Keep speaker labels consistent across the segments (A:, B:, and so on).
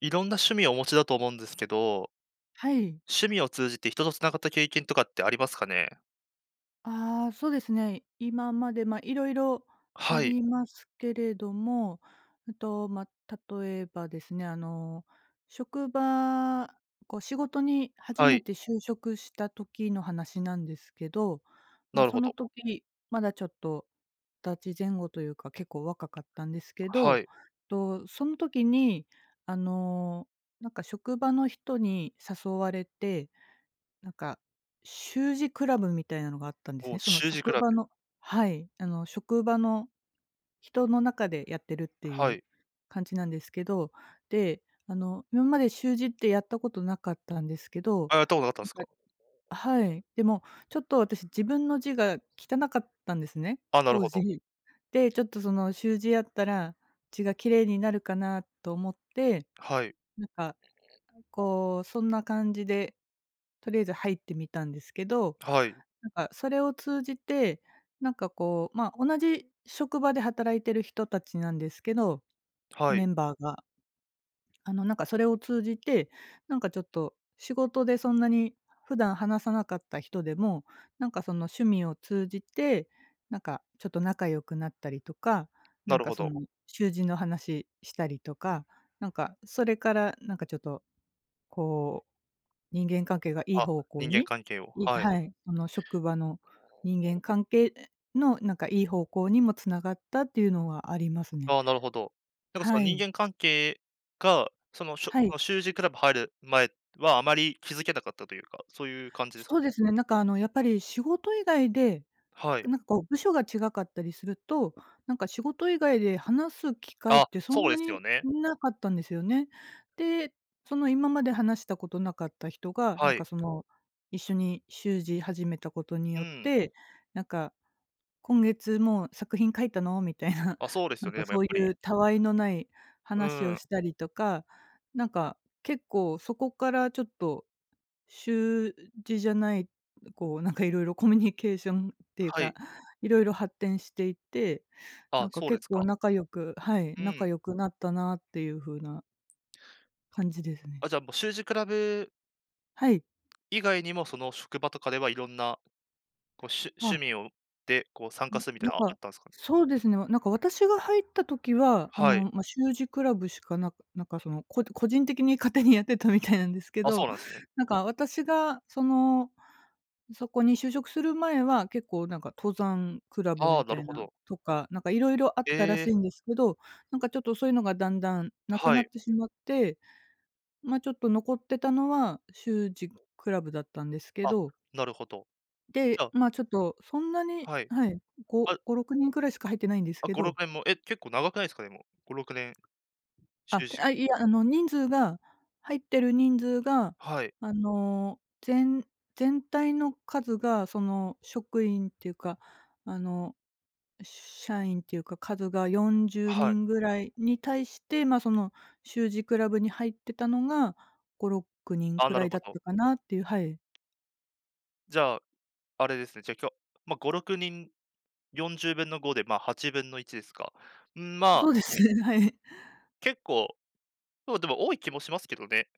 A: いろんな趣味をお持ちだと思うんですけど、
B: はい。
A: 趣味を通じて人と繋がった経験とかってありますかね？
B: ああ、そうですね。今まで、まあ、いろいろあ
A: はい、
B: りますけれども、まあ、例えばですね、職場こう仕事に初
A: は
B: め
A: い、
B: て就職した時の話なんですけど、まあ、
A: なる
B: そ
A: ほ
B: の
A: ど。
B: 時、まだちょっと2十歳前後というか、結構若かったんですけ
A: は
B: ど、
A: い。
B: と、その時に、あの、なんか職場の人に誘われてなんか、習字クラブみたいなのがあったんですね。
A: お、
B: その
A: 習字ク
B: 職
A: ラ
B: 場
A: ブ。
B: のはい。職場の人の中でやってるってい
A: は
B: う
A: い。
B: 感じなんですけど、で、今まで習字ってやったことなかったんですけど、
A: あ、やったことなかったんです
B: な
A: か？
B: んかはい、でも、ちょっと私自分の字が汚かったんですね、
A: あ、なる
B: 当
A: ほど。
B: 時。で、ちょっとその習字やったら、字が綺麗になるかなと思って、
A: はい、
B: なんかこう、そんな感じで、とりあえず入ってみたんですけど、
A: はい、
B: なんかそれを通じて、なんかこう、まあ、同じ職場で働いてる人たちなんですけど、
A: は
B: メ
A: い、
B: ンバーが、なんかそれを通じて、なんかちょっと仕事でそんなに普段話さなかった人でも、なんかその趣味を通じて、なんかちょっと仲良くなったりとか、な
A: な
B: ん
A: る
B: か
A: ほ
B: そ
A: ど。
B: の、習字の話したりとか、なんかそれからなんかちょっとこう、人間関係がいい
A: あ、
B: 方向
A: 人間
B: に、
A: 関係を、はい。
B: はい、その職場の人間関係のなんかいい方向にもつながったっていうのはありますね。
A: ああ、なるほど。なんかそ
B: は
A: の人
B: い。
A: 間関係が、その、しょ
B: はい。
A: その習字クラブ入る前はあまり気づけなかったというか、そういう感じですか？
B: そうですね、なんかやっぱり仕事以外で
A: はい。
B: なんかこう部署が違かったりすると、なんか仕事以外で話す機会っ
A: あ、
B: てそん
A: そう
B: な
A: ですよ
B: に
A: ね。
B: なかったんですよね。で、その今まで話したことなかった人が、なん
A: は
B: か
A: い。
B: その一緒に習字始めたことに
A: う
B: よっ
A: ん。
B: て、なんか「今月もう作品書いたの？」みたいな、
A: あ、そうです
B: なん
A: よね、
B: か
A: でもや
B: そ
A: っ
B: う
A: ぱ
B: い
A: り。
B: うたわいのない
A: う
B: 話を
A: ん。
B: したりとか、なんか結構そこからちょっと習字じゃない、こう、なんか、いろいろ コミュニケーションっていう
A: は
B: か、
A: い。
B: いろいろ発展していって、な
A: あ、
B: んか、
A: そうで
B: 結
A: す
B: 構
A: か。
B: 仲良くはい、
A: う
B: 仲
A: ん。
B: 良くなったなっていう風な感じですね。
A: あ、じゃあ、もう習字クラブ
B: はい。
A: 以外にも、その職場とかではいろんな、こう、しゅ
B: あ
A: 趣味をで、こう、参加するみた
B: な
A: い
B: ん
A: な、あ
B: か、
A: ったんですかね？
B: そうですね、なんか私が入った時は、
A: はい。
B: ま、習字クラブしかななんかその、個人的に勝手にやってたみたいなんですけ
A: あ、そ
B: ど、
A: うなんですね。
B: なんか私がその、そこに就職する前は結構なんか登山クラブ
A: あ
B: み
A: あ、な
B: た
A: る
B: い
A: ほ
B: な
A: ど。
B: とか、なんか色々あったら
A: え
B: しい
A: え、
B: んですけど、なんかちょっとそういうのがだんだんなく
A: は
B: な
A: い。
B: ってしまって、ま、ちょっと残ってたのは習字クラブだったんですけ
A: あ、
B: ど、
A: なるほど。じ
B: で、
A: ゃあ、
B: まあ、ちょっとそんなに
A: はい。
B: はい、5、
A: あ、
B: 5、6人くらいしか入ってないんです
A: あ、
B: け
A: 5、
B: ど、
A: 6年も、結構長くないですか？でも、5、6年習字、
B: いや、人数が入ってる人数が、
A: はい、
B: あの、全全体の数が、その、職員っていうか、あの、社員っていうか、数が40
A: はい。
B: 人ぐらいに対して、まあ、その、習字クラブに入ってたのが5、6人
A: あ、
B: く
A: な
B: ら
A: る
B: い
A: ほ
B: だっ
A: ど。
B: たかなっていう、はい。
A: じゃあ、あれですね、じゃ、今日ま、5、6人、4分の5で、まあ、8分の1ですか。うん、まあ、
B: そうですね、はい。
A: 結構、そう、でも多い気もしますけどね。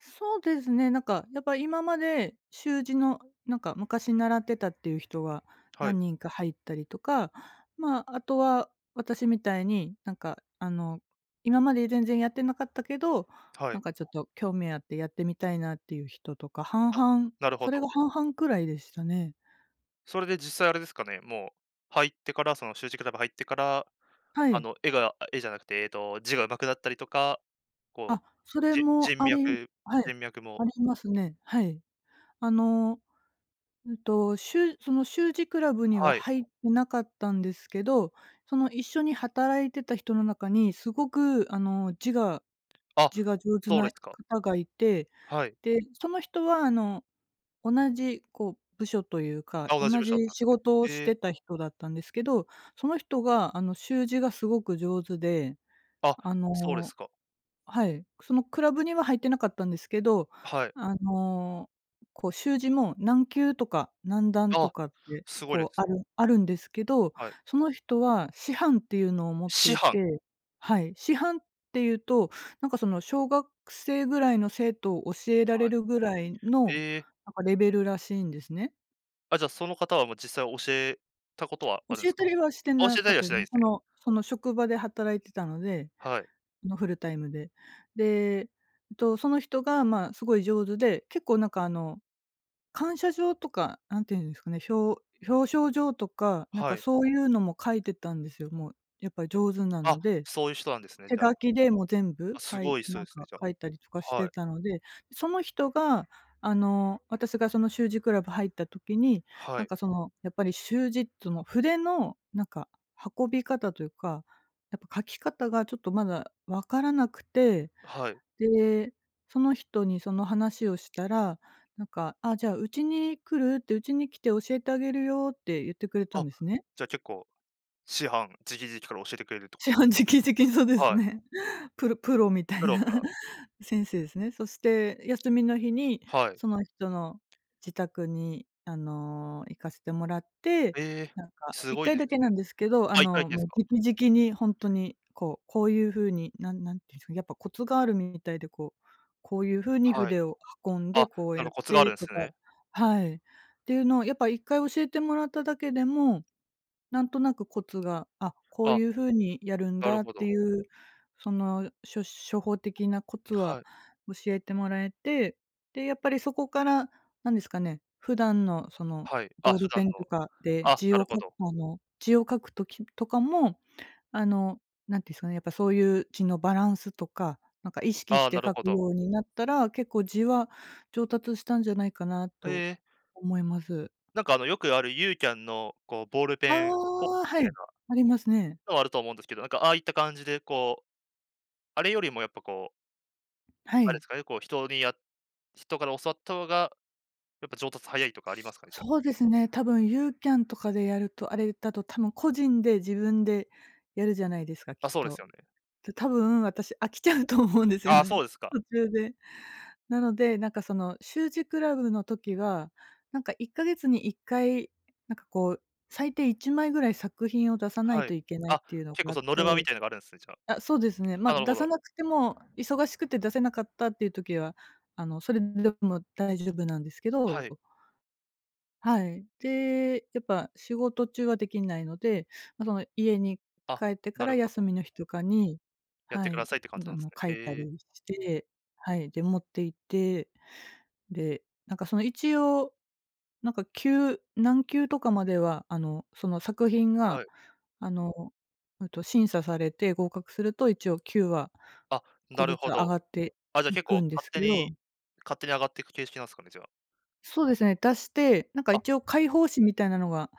B: そうですね、なんか、やっぱ今まで習字の、なんか昔習ってたっていう人が
A: はい、
B: 何人か入ったりとか、まあ、あとは私みたいに、なんか、今まで全然やってなかったけど、
A: は
B: なん
A: い。
B: かちょっと興味あってやってみたいなっていう人とか、
A: あ、
B: 々、
A: なるほ
B: それ
A: ど。
B: が半々くらいでしたね。
A: それで実際あれですかね、もう入ってから、その習字クラブ入ってから、
B: は
A: あ
B: い。
A: の、絵があ、絵じゃなくて、字が上手くなったりとか、こ
B: あ、
A: う、
B: それ
A: じ
B: も
A: 人脈
B: はい、
A: 人脈
B: あ
A: も、
B: りますね。はい。あのその習字クラブには
A: はい。
B: 入ってなかったんですけど、その一緒に働いてた人の中にすごく
A: あ、
B: 字が上手
A: そうで
B: な
A: すか。
B: 方がいて、
A: はい。
B: で、その人は同じこう部署というか、
A: あ、同じ
B: 同
A: 部署だっ
B: じ
A: たんで
B: 仕事を
A: すね。
B: し
A: ええ、
B: てた人だったんですけど、その人が習字がすごく上手で、
A: あ、
B: あ
A: そうで
B: の
A: すか。
B: はい、そのクラブには入ってなかったんですけど、
A: はい。
B: あの、こう習字も何級とか何段と
A: あ、
B: かって、
A: すごいで
B: こうあ
A: す。
B: るあるんですけど、
A: はい。
B: その人は師範っていうのを持って
A: 師
B: い
A: 範、
B: て、はい、師範っていうと、なんかその小学生ぐらいの生徒を教えられ
A: はい。
B: るぐらいの、
A: ええ、
B: なんかレベルらしいんですね。
A: あ、じゃあその方はもう実際教えたことはあるんで
B: 教え
A: す
B: た
A: か？
B: りはして
A: あ、
B: な
A: 教えた
B: かっ
A: りは
B: た
A: し
B: です
A: ない
B: ね。
A: ですね。
B: その職場で働いてたので。
A: はい。
B: フルタイムで。で、その人が、まあ、すごい上手で、結構なんか感謝状とか、なんていうんですかね、表彰状とか、なん
A: は
B: か
A: い。
B: そういうのも書いてたんですよ。もうやっぱり上手な
A: あ、
B: ので。
A: そういう人なんですね、
B: 手
A: じゃ
B: 書
A: あ。
B: きでもう全部、
A: あ、すごい人
B: なん
A: です
B: か
A: ね、じゃ
B: 書いたりとかし
A: あ。は
B: て
A: い。
B: たので、その人が、私がその習字クラブ入った時に、
A: は
B: なん
A: い。
B: かその、やっぱり習字その筆のなんか運び方というか、やっぱ書き方がちょっとまだわからなくて、
A: はい。
B: で、その人にその話をしたら、なんか、「あ、じゃあうちに来る？」って「うちに来て教えてあげるよ」って言ってくれたん
A: あ、
B: ですね。
A: じゃあ結構、師範、直々から教えてくれるって こ
B: 師
A: と。
B: 範直々にそうです
A: はい。
B: ね。プロみた
A: プ
B: い
A: ロ
B: な
A: から、
B: 先生ですね。そして休みの日に、
A: はい。
B: その人の自宅に、行かせてもらって、
A: ええ、
B: なんか
A: す
B: 1
A: ごい
B: 回
A: で
B: だ
A: す
B: けな
A: ね。
B: んですけど、
A: あ、1対きで
B: も
A: す
B: う
A: か？
B: 直々に本当に、こう、こういう風に、なんていうんですか、やっぱコツがあるみたいで、こう、こういう風に
A: はい。
B: 筆を運んで、
A: あ、
B: こう
A: なん
B: やっ
A: かコツがある
B: て
A: んで
B: と
A: す
B: か、
A: ね。
B: はい。っていうのをやっぱ一回教えてもらっただけでもなんとなくコツが、あ、こう
A: あ、
B: いう風にやるん
A: なる
B: だっ
A: ほ
B: て
A: ど。
B: いう、その、処方的なコツは
A: はい。
B: 教えてもらえて、で、やっぱりそこから、なんですかね、普段のその
A: はい。あ、
B: ボー
A: 普
B: ルペ
A: 段
B: ンと
A: の、
B: かで
A: あ、
B: 字
A: な
B: を
A: る
B: 書
A: ほ
B: く
A: ど。
B: 字を書く時とかも、あの、なんていうんすかね、やっぱそういう字のバランスとか、なんか意識し
A: あ、
B: て
A: なる
B: 書
A: ほ
B: く
A: ど。
B: ようになったら、結構字は上達したんじゃないかな
A: へ
B: と
A: え。
B: 思います。
A: なんかよくあるユーキャンの、こう、ボール
B: あ
A: ペン、こう
B: あ、は
A: みたい
B: い。
A: な
B: ありますね。
A: のはあると思うんですけど、なんかああいった感じで、こう、あれよりもやっぱこう、
B: は
A: あれ
B: い。
A: ですかね、こう、人にや人から教わった方がやっぱ上達早いとかありますかね、じゃあ。
B: そうですね、多分ユーキャンとかでやると、あれだと多分個人で自分でやるじゃないですか、き
A: あ、
B: っ
A: そうです
B: と。
A: よね。
B: で、多分私飽きちゃうと思うんですよ
A: ああ、
B: ね、
A: そ うですか。
B: 途中で。なので、なんかその習字クラブの時は、なんか1ヶ月に1回、なんかこう、最低1枚ぐらい作品を出さない
A: は
B: と
A: い。
B: いけないっ
A: あ、
B: ていうの
A: 結構
B: があっ
A: そのノ
B: て、
A: ルマみたいのがあるんですね、じゃあ。
B: あ、そうですね、ま、
A: あ、なる
B: 出
A: ほ
B: さ
A: ど。
B: なくても、忙しくて出せなかったっていう時は、それでも大丈夫なんですけ
A: はい。
B: ど、はい。で、やっぱ仕事中はできないので、ま、その家に
A: あ、
B: 帰ってか
A: な
B: ら
A: るほ
B: 休
A: ど。
B: みの日とかに、
A: やっ
B: は
A: てくだ
B: い、
A: さいって感じなんです
B: 書
A: ね。
B: いた
A: へえ、
B: りして、はい、で、持って行って、で、なんかその一応、なんか級何級とかまでは、その作品が、
A: はい。
B: あの、審査されて合格すると一応級は、
A: あ、
B: 1個
A: な
B: ず
A: る
B: つ
A: ほ
B: 上
A: ど。
B: がって
A: あ、じゃあ
B: い
A: 結
B: く
A: 構、
B: んで
A: 勝
B: す
A: 手
B: け
A: に
B: ど、
A: 勝手に上がっていく形式なんですかね、じゃ
B: そうですね、出して、なんか一
A: あ。
B: 応解放誌みたいなのが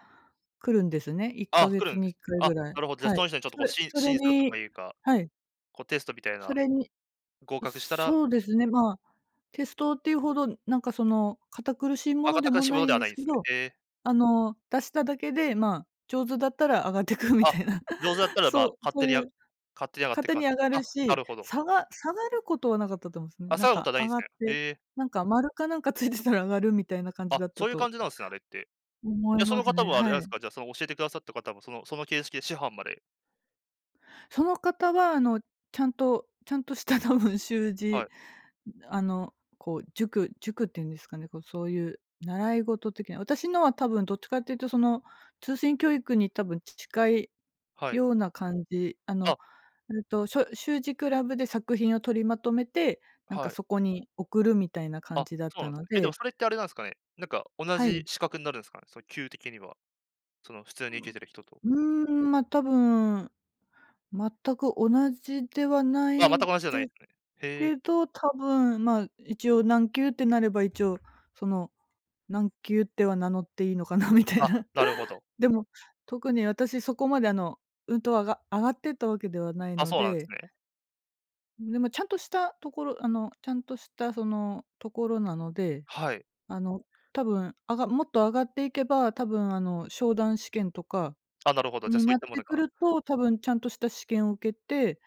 B: 来るんですね。1
A: あ、
B: ヶ
A: 来る
B: 月
A: んで
B: に1
A: すね。
B: 回
A: あ、
B: ぐらい。
A: なるほど。じゃあ
B: は
A: そ
B: い。
A: の人にちょっとこう、し
B: それ
A: 審査と
B: に
A: かいうか、
B: はい。
A: こうテストみたい
B: そ
A: な、
B: れに
A: 合格したら、
B: そうですね、まあ、テストっていうほど、堅苦しいも
A: あ
B: の
A: がっ
B: で
A: たか
B: も
A: 仕
B: な
A: 事
B: い
A: で
B: ん
A: は
B: で
A: ない
B: す
A: んで
B: け
A: すね。
B: ど、
A: へえ。
B: 出しただけで、まあ、上手だったら上がってくみ
A: あ、
B: たいな、
A: 上手だっ たら、まあ、
B: そう
A: 勝
B: そう
A: 手
B: い
A: に
B: う、
A: 上がっ
B: 勝
A: ていく
B: 手
A: 感
B: に
A: じ。
B: 上が
A: あ、
B: る
A: な
B: し、
A: るほど。
B: 下がることはなかったと思うんですね。
A: あ、
B: な
A: 下
B: ん
A: がること
B: か
A: はないん
B: 上
A: です
B: がっ
A: ね。
B: て、
A: へえ。
B: なんか丸かなんかついてたら上がるみたいな感じ
A: あ、
B: だった
A: そういう
B: と
A: 感じなんですね、あれって。
B: 思
A: じ
B: い
A: ゃ、そ
B: ま
A: の
B: す
A: 方
B: ね。
A: はあれ
B: は
A: です
B: い。
A: か、じゃあ、その教えてくださった方も、その形式で師範まで、
B: その方は、ちゃんとした 多分習
A: は
B: 字、
A: い、
B: 塾っていうんですかね、こう、そういう習い事的な、私のは多分どっちかっていうと、その、通信教育に多分近い
A: はい。
B: ような感じ、
A: あ、
B: 習字クラブで作品を取りまとめて、なんか
A: はい。
B: そこに送るみたいな感
A: あ、
B: じだっ
A: そう
B: た
A: なんです
B: の
A: ね。え、でも
B: で。
A: それってあれなんですかね、なんか同
B: は
A: じ
B: い。
A: 資格になるんですかね？その級的には、その普通に受けてる人と。
B: うん。多分、全く同じではな
A: あ、
B: い
A: 全く同じじゃな
B: で
A: い
B: す
A: ですね。へえ、
B: けど、多分、まあ、一応何級ってなれば、一応その、何級っては名乗っていいのかなみたい
A: あ、
B: な。
A: なるほ ど。
B: でも、特に私そこまであの、うんと、あが上がってったわけではない
A: あ、
B: の
A: そうなんです
B: で、
A: ね。
B: ちゃんとしたそのところなので、
A: はい。
B: あの、多分、もっと上がっていけば、多分あの、商談試験とか
A: あ、なるほど、じゃ、
B: に
A: そうい
B: な
A: っ
B: っ
A: たも
B: て
A: の
B: く
A: が、
B: ると、多分ちゃんとした試験を受けて、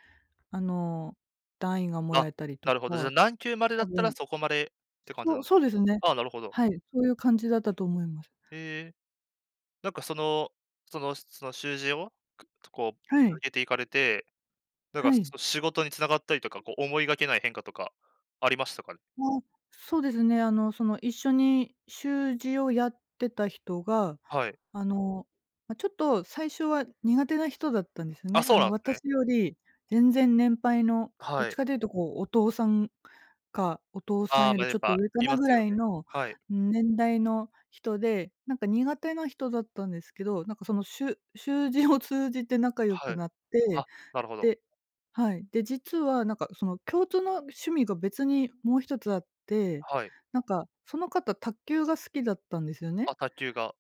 B: あの、単位がも
A: あ、
B: らえたりと
A: なるほど、じゃ、
B: か、
A: 何級まで
B: 多
A: だったら
B: 分。
A: そこまでって感じ
B: そ
A: な
B: う
A: んです
B: そう
A: ね。
B: ですね。
A: ああ、なるほど。
B: はい、そういう感じだったと思います。
A: へえ。なんかその、その習字を、こう、
B: は
A: 続
B: い、
A: けていかれて、だから、
B: はい。
A: 仕事に繋がったりとか、こう、思いがけない変化とかありましたかね？
B: あ、そうですね、一緒に習字をやってた人が、
A: はい。
B: あの、ちょっと最初は苦手な人だったんですよ
A: あ、
B: ね。
A: そ
B: あ
A: うな
B: の、
A: んすね。
B: 私より全然年配の、どっ
A: は
B: ち
A: い。
B: かというと、こう、お父さんか、お父さん
A: ああ、
B: よ
A: ま、
B: り
A: や
B: ち
A: っ
B: ょっと
A: ぱ
B: 上か
A: い
B: な
A: ま
B: ぐ
A: す
B: ら
A: よね。
B: いの
A: はい、
B: 年代の人で、なんか苦手な人だったんですけど、習字を通じて仲良
A: は
B: く
A: い。
B: なって。
A: あ、なるほど。
B: ではい。で、実はなんかその共通の趣味が別にもう一つあって、
A: はい。
B: なんかその方卓球が好きだったんですよね。
A: あ、卓球が、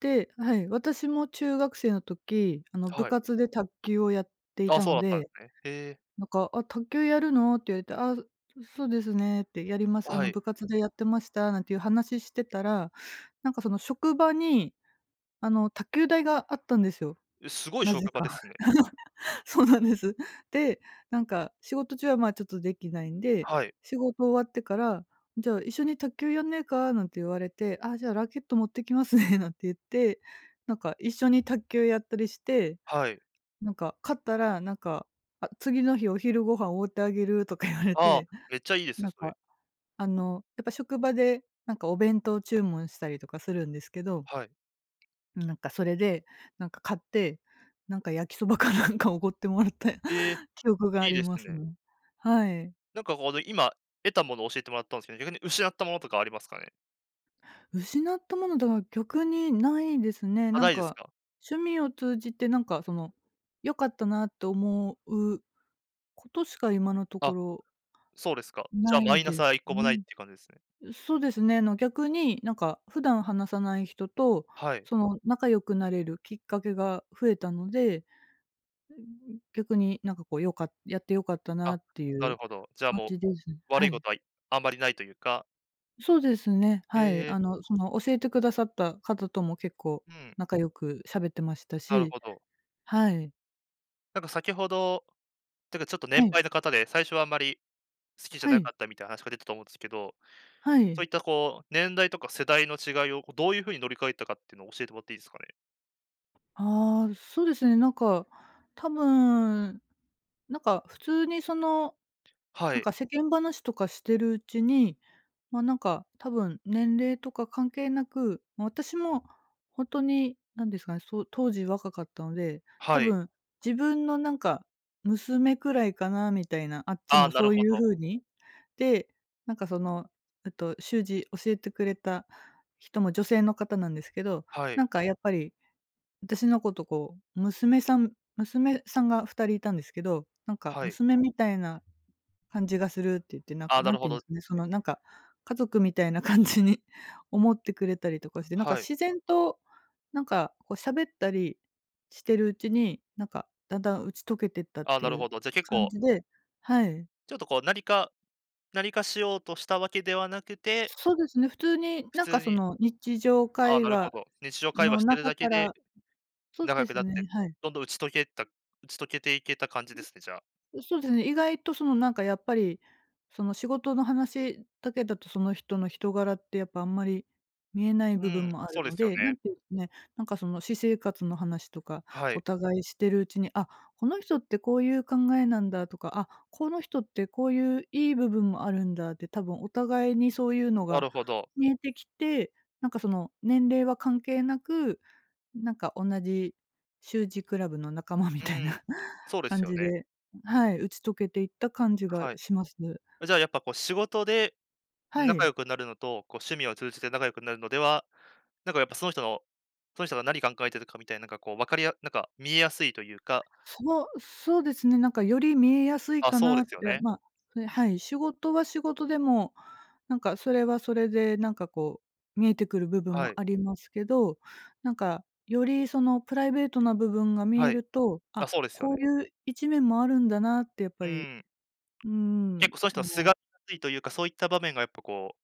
B: ではい、私も中学生の時、あの部
A: はい。
B: 活で卓球をやってい
A: あ、
B: た
A: そう
B: の
A: だったんで
B: で、
A: すね。へえ、
B: なんか「あ、卓球やるの？」って言われて「あ、そうですね」って「やります。あ
A: は
B: の
A: い。
B: 部活でやってました」なんていう話してたら、なんかその職場にあの卓球台があったんですよ、
A: え、すごい
B: なぜ
A: 職場で
B: か。
A: すね。
B: そうなんです。で、なんか仕事中は、まあ、ちょっとできないんで、
A: はい、
B: 仕事終わってから、「じゃあ、一緒に卓球やんねえか？」なんて言われて、「あ、じゃあ、ラケット持ってきますね」なんて言って、なんか一緒に卓球やったりして、
A: はい。
B: なんか勝ったら、なんか、あ、「次の日お昼ご飯おごってあげる」とか言われ
A: ああ、
B: て、
A: めっちゃいいです
B: な
A: ね、
B: ん
A: それ。
B: か、あの、やっぱ職場で、なんかお弁当注文したりとかするんですけど、
A: はい。
B: なんかそれで、なんか買って、なんか焼きそばかなんかおごってもらった
A: ええ、
B: 記憶があ
A: いい
B: り
A: です
B: ます
A: ね。
B: ね。はい。
A: なんか、こう、今得たものを教えてもらったんですけど、逆に失ったものとかありますかね？
B: 失ったものだから逆にないですね。
A: あ、
B: なん
A: ないです
B: か、
A: か？
B: 趣味を通じてなんかその、良かったなと思うことしか今のとこ
A: あ、
B: ろ
A: そうですか。じゃあ、
B: な
A: マ
B: い
A: イナ
B: で
A: ス
B: す
A: は1個もないっ
B: ね。
A: ていう感じですね。
B: そうですね、あの逆になんか普段話さない人と、
A: はい。
B: その仲良くなれるきっかけが増えたので、逆になんかこうやって良かったな
A: あ、
B: ってい
A: なる
B: う
A: ほど。じゃあ
B: 感
A: も
B: じですね。
A: う、悪
B: は
A: いこ
B: い。
A: とはあんまりないというか、
B: そうですね、
A: へ
B: はい。
A: え、
B: 教えてくださった方とも結構
A: うん、
B: 仲良く喋ってました
A: なる
B: し、
A: ほど。
B: はい。
A: なんか先ほど、てかちょっと
B: は
A: 年
B: い。
A: 配の方で、最初はあんまり好きじゃ
B: は
A: な
B: い。
A: かったみたいな話が出たと思うんですけど、
B: は
A: そ
B: い。
A: ういったこう、年代とか世代の違いを、こう、どういうふうに乗り換えたかっていうのを教えてもらっていいですかね？
B: ああ、そうですね、多分、なんか普通にその
A: は
B: なん
A: い、
B: か世間話とかしてるうちに、ま、なんか多分年齢とか関係なく、ま、私もほんとに何ですかね、そう当時若かったので、多
A: はい。
B: 分自分のなんか娘くらいかなみたいな、あっち
A: ああ、
B: も
A: なる
B: そう
A: ほ
B: いう
A: ど。
B: 風に。で、なんかその、習字教えてくれた人も女性の方なんですけど、
A: は
B: な
A: い、
B: んかやっぱり私のことこう、娘さんが二人いたんですけど、なんか
A: はい。
B: 娘みたいな感じがするって言って、なん
A: あ
B: か、
A: あ、な
B: なん
A: る
B: て
A: ほ
B: 言うんで
A: ど。
B: すかね、そのなんか、家族みたいな感じに 思ってくれたりとかして、なんか
A: はい。
B: 自然と、なんかこう喋ったりしてるうちに、なんかだんだん打ち解けてったっ
A: ああ、
B: て
A: なる
B: い
A: ほ
B: う
A: ど。じゃ、あ結
B: 感
A: 構、
B: じで。はい。
A: ちょっとこう、何か何かしようとしたわけではなくて、
B: そうですね、普通に
A: 普
B: なんか
A: 通
B: そ
A: に、
B: の日常
A: ああ、
B: 会
A: なるほ
B: 話
A: ど。日常会
B: の
A: 話してる
B: 中
A: だ
B: か
A: けで
B: ら。そう
A: 仲
B: で
A: 良く
B: す
A: なっ
B: ね、
A: て、
B: はい。
A: どんどん打ち解けていけた感じですね、じゃあ。
B: そうですね、意外とそのなんかやっぱり、その仕事の話だけだとその人の人柄ってやっぱあんまり見えない
A: う
B: 部分
A: ん、
B: もある
A: そうで
B: の
A: すよ
B: で、なん
A: ね。
B: ていうんですね、なんかその私生活の話とか、
A: は
B: お
A: い、
B: 互いしてるうちに、あ、この人ってこういう考えなんだとか、あ、この人ってこういういい部分もあるんだって、多分お互いにそういうの
A: な
B: が
A: るほど。
B: 見えてきて、なんかその年齢は関係なく、なんか同じ習字クラブの仲間み
A: う
B: たい
A: ん、
B: な
A: そうで
B: 感
A: すよ
B: じ
A: ね。
B: で、はい、打ち解けていった感じが
A: はい。
B: します。
A: じゃあやっぱこう仕事で
B: は
A: 仲
B: い。
A: 良くなるのと、こう趣味を通じて仲良くなるのでは、なんかやっぱその人の、その人が何考えてるかみたいな、なんかこう分かりやなんか見えやすいというか、
B: そうですね、なんかより見えやすい
A: あ、
B: か
A: そう
B: な
A: で
B: って、
A: すよね。
B: まあ、それはい、仕事は仕事でも、なんかそれはそれで、なんかこう、見えてくる部分
A: は
B: も
A: い、
B: ありますけど、なんかよりそのプライベートな部分が見
A: は
B: え
A: い。
B: ると、
A: あ、
B: あ、
A: そうですよ
B: こ
A: ね。
B: ういう一面もあるんだなってやっぱ
A: う
B: り、
A: ん。
B: うー
A: 結
B: ん、
A: 構その人
B: あ
A: の素
B: の
A: が厚いというか、そういった場面がやっぱこう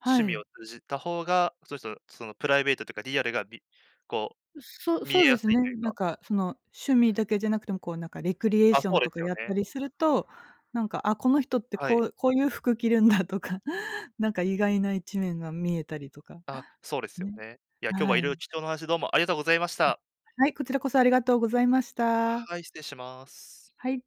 B: は
A: 趣味
B: い。
A: を通じた方が、その人のそのプライベートとかリアルが、こう、見え
B: そうで
A: やす
B: す
A: い
B: ね。
A: という
B: な
A: か。
B: んかその趣味だけじゃなくても、こうなんかレクリエー
A: あ、
B: ショ
A: そ
B: ン
A: うで
B: と
A: す
B: か
A: よ
B: やった
A: ね。
B: りすると、なんか、あ、この人って
A: は
B: こ
A: い。
B: ういう服着るんだとか、なんか意外な一面が見えたりとか、
A: あ、そうですよ
B: ね。
A: ね。いや、今日は
B: は
A: 色
B: い。
A: 々貴重な話どうもありがとうございまし
B: あ、
A: た。
B: はい、こちらこそありがとうございました。
A: はい、失礼します。
B: はい。